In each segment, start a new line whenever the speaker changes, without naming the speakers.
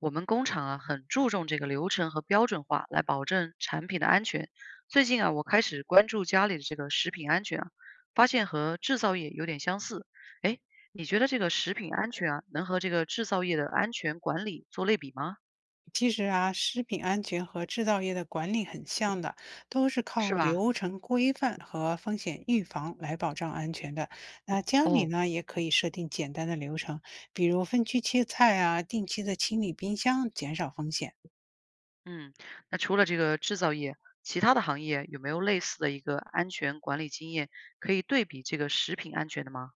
我们工厂啊，很注重这个流程和标准化，来保证产品的安全。最近啊，我开始关注家里的这个食品安全啊，发现和制造业有点相似。哎，你觉得这个食品安全啊，能和这个制造业的安全管理做类比吗？
其实啊，食品安全和制造业的管理很像的，都是靠
是吧？
流程规范和风险预防来保障安全的。那家里
哦，
呢，也可以设定简单的流程，比如分区切菜啊，定期的清理冰箱，减少风险。
嗯，那除了这个制造业，其他的行业有没有类似的一个安全管理经验可以对比这个食品安全的吗？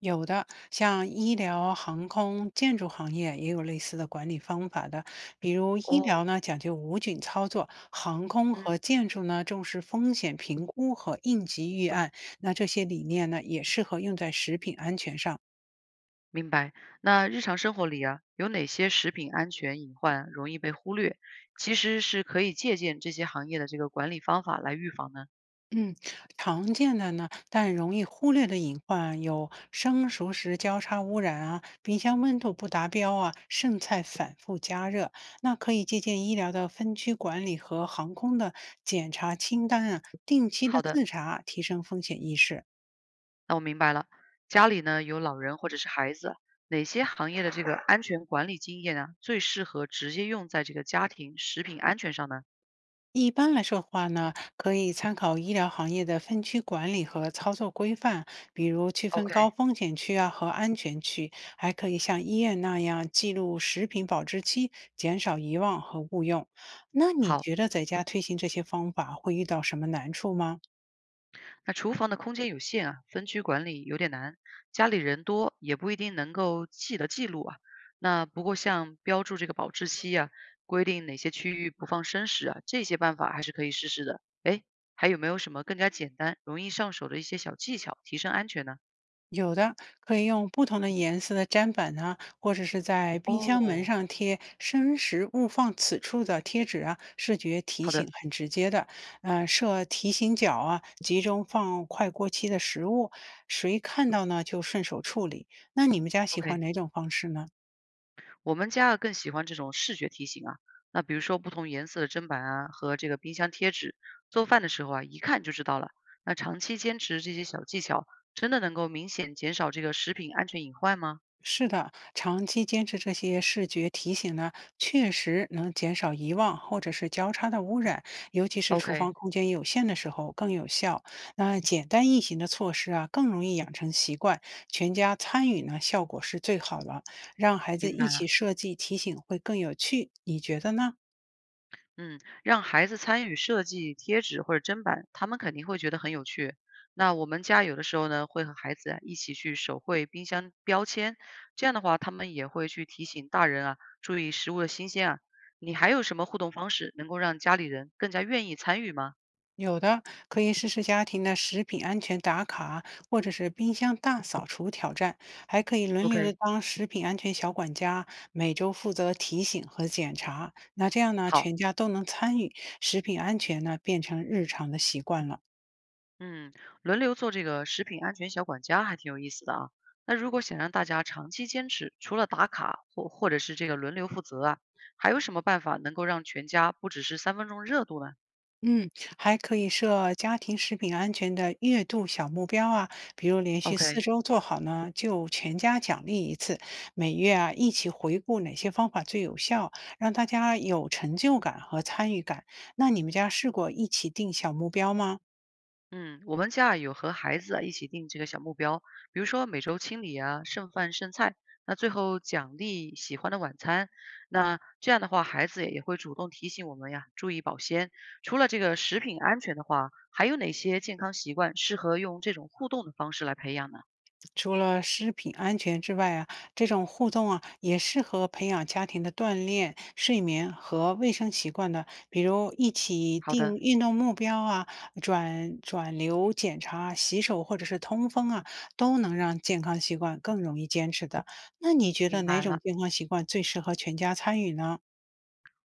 有的，像医疗、航空、建筑行业也有类似的管理方法的。比如医疗
哦，
呢讲究无菌操作，航空
嗯。
和建筑呢重视风险评估和应急预案。那这些理念呢也适合用在食品安全上。
明白。那日常生活里啊，有哪些食品安全隐患容易被忽略？其实是可以借鉴这些行业的这个管理方法来预防呢？
嗯，常见的呢，但容易忽略的隐患有生熟食交叉污染啊、冰箱温度不达标啊、剩菜反复加热。那可以借鉴医疗的分区管理和航空的检查清单啊，定期的
好的，
自查，提升风险意识。
那我明白了。家里呢有老人或者是孩子，哪些行业的这个安全管理经验啊，最适合直接用在这个家庭食品安全上呢
一般来说的话呢，可以参考医疗行业的分区管理和操作规范，比如区分高
？OK，
风险区啊和安全区，还可以像医院那样记录食品保质期，减少遗忘和误用。那你
好。
觉得在家推行这些方法会遇到什么难处吗？
那厨房的空间有限啊，分区管理有点难，家里人多也不一定能够记得记录啊。那不过像标注这个保质期啊，规定哪些区域不放生食啊，这些办法还是可以试试的。哎，还有没有什么更加简单、容易上手的一些小技巧，提升安全呢？
有的可以用不同的颜色的粘板啊，或者是在冰箱门
哦，
上贴“生食勿放此处”的贴纸啊，视觉提
好
醒
的
很直接的。嗯，设提醒角啊，集中放快过期的食物，谁看到呢就顺手处理。那你们家喜欢
，OK。
哪种方式呢？
我们家啊更喜欢这种视觉提醒啊，那比如说不同颜色的砧板啊和这个冰箱贴纸，做饭的时候啊一看就知道了。那长期坚持这些小技巧，真的能够明显减少这个食品安全隐患吗
是的，长期坚持这些视觉提醒呢，确实能减少遗忘或者是交叉的污染，尤其是厨房
？OK，
空间有限的时候更有效。那简单易行的措施啊，更容易养成习惯，全家参与呢，效果是最好了。让孩子
明
一
白
起
了。
设计提醒会更有趣，你觉得呢？
嗯，让孩子参与设计贴纸或者砧板，他们肯定会觉得很有趣。那我们家有的时候呢，会和孩子啊一起去手绘冰箱标签，这样的话，他们也会去提醒大人啊，注意食物的新鲜啊。你还有什么互动方式能够让家里人更加愿意参与吗
有的可以试试家庭的食品安全打卡，或者是冰箱大扫除挑战，还可以轮流的
？OK，
当食品安全小管家，每周负责提醒和检查。那这样呢，
好。
全家都能参与，食品安全呢变成日常的习惯了。
嗯，轮流做这个食品安全小管家还挺有意思的啊。那如果想让大家长期坚持，除了打卡或者是这个轮流负责啊，还有什么办法能够让全家不只是三分钟热度呢
嗯，还可以设家庭食品安全的月度小目标啊，比如连续四
？OK，
周做好呢，就全家奖励一次。每月啊，一起回顾哪些方法最有效，让大家有成就感和参与感。那你们家试过一起定小目标吗？
嗯，我们家啊有和孩子啊一起定这个小目标，比如说每周清理啊，剩饭剩菜，那最后奖励喜欢的晚餐。那这样的话，孩子也会主动提醒我们呀，注意保鲜。除了这个食品安全的话，还有哪些健康习惯适合用这种互动的方式来培养呢？
除了食品安全之外啊，这种互动啊也适合培养家庭的锻炼、睡眠和卫生习惯的，比如一起
好
定
的，
运动目标啊，转转流检查、洗手或者是通风啊，都能让健康习惯更容易坚持的。那你觉得
明
哪
白
种
了。
健康习惯最适合全家参与呢？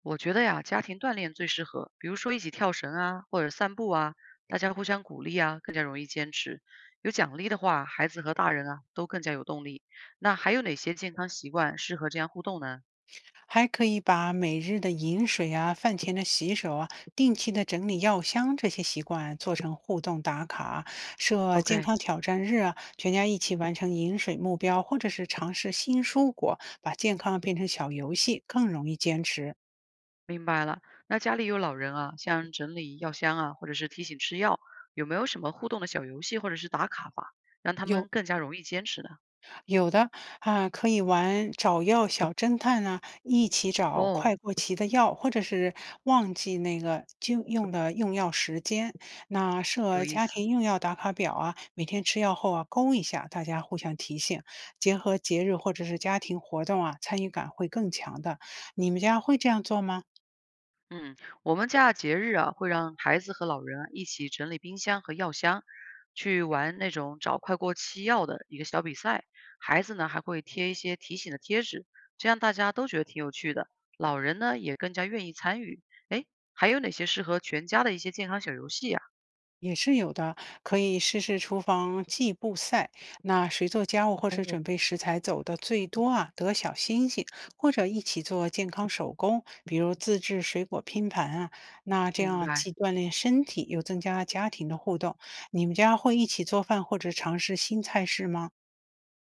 我觉得呀，家庭锻炼最适合，比如说一起跳绳啊，或者散步啊，大家互相鼓励啊，更加容易坚持。有奖励的话，孩子和大人啊都更加有动力。那还有哪些健康习惯适合这样互动呢
还可以把每日的饮水啊、饭前的洗手啊、定期的整理药箱这些习惯做成互动打卡，设健
？OK，
康挑战日啊，全家一起完成饮水目标，或者是尝试新蔬果，把健康变成小游戏，更容易坚持。
明白了。那家里有老人啊，像整理药箱啊，或者是提醒吃药，有没有什么互动的小游戏或者是打卡法，让他
有。
们更加容易坚持呢？
有的啊，可以玩找药小侦探啊，一起找快
哦，
过期的药，或者是忘记那个就用的用药时间。那
有
设
意
家
思。
庭用药打卡表啊，每天吃药后啊勾一下，大家互相提醒。结合节日或者是家庭活动啊，参与感会更强的。你们家会这样做吗？
嗯，我们家的节日啊，会让孩子和老人啊一起整理冰箱和药箱，去玩那种找快过期药的一个小比赛。孩子呢还会贴一些提醒的贴纸，这样大家都觉得挺有趣的。老人呢也更加愿意参与。哎，还有哪些适合全家的一些健康小游戏呀？
也是有的，可以试试厨房计步赛。那谁做家务或者
哦，
准备食材走的最多啊，得小星星，或者一起做健康手工，比如自制水果拼盘啊。那这
明
样
白。
既锻炼身体，又增加家庭的互动。你们家会一起做饭或者尝试新菜式吗？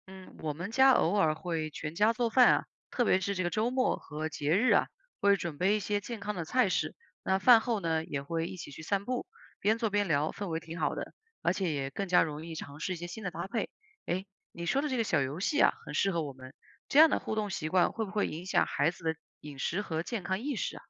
嗯，我们家偶尔会全家做饭啊，特别是这个周末和节日啊，会准备一些健康的菜式。那饭后呢，也会一起去散步，边做边聊，氛围挺好的，而且也更加容易尝试一些新的搭配。诶，你说的这个小游戏啊，很适合我们。这样的互动习惯会不会影响孩子的饮食和健康意识啊？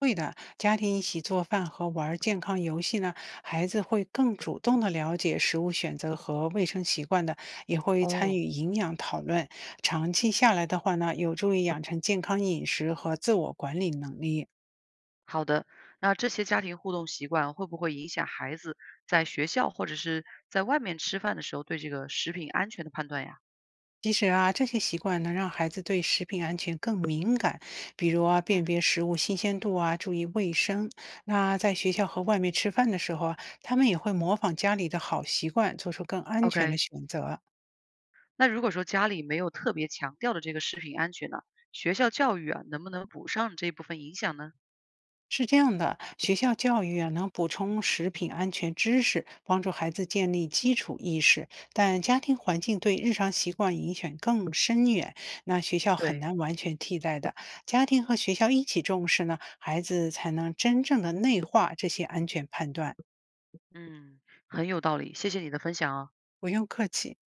会的，家庭一起做饭和玩儿健康游戏呢，孩子会更主动的了解食物选择和卫生习惯的，也会参
哦，
与营养讨论。长期下来的话呢，有助于养成健康饮食和自我管理能力。
好的。那这些家庭互动习惯会不会影响孩子在学校或者是在外面吃饭的时候对这个食品安全的判断呀？
其实啊，这些习惯能让孩子对食品安全更敏感，比如啊，
嗯
辨别食物新鲜度啊，注意卫生。那在学校和外面吃饭的时候啊他们也会模仿家里的好习惯，做出更安全的
，OK。
选择。
那如果说家里没有特别强调的这个食品安全呢，学校教育啊，能不能补上这部分影响呢？
是这样的，学校教育啊，能补充食品安全知识，帮助孩子建立基础意识，但家庭环境对日常习惯影响更深远，那学校很
对，
难完全替代的。家庭和学校一起重视呢，孩子才能真正的内化这些安全判断。
嗯，很有道理，谢谢你的分享啊。
不用客气。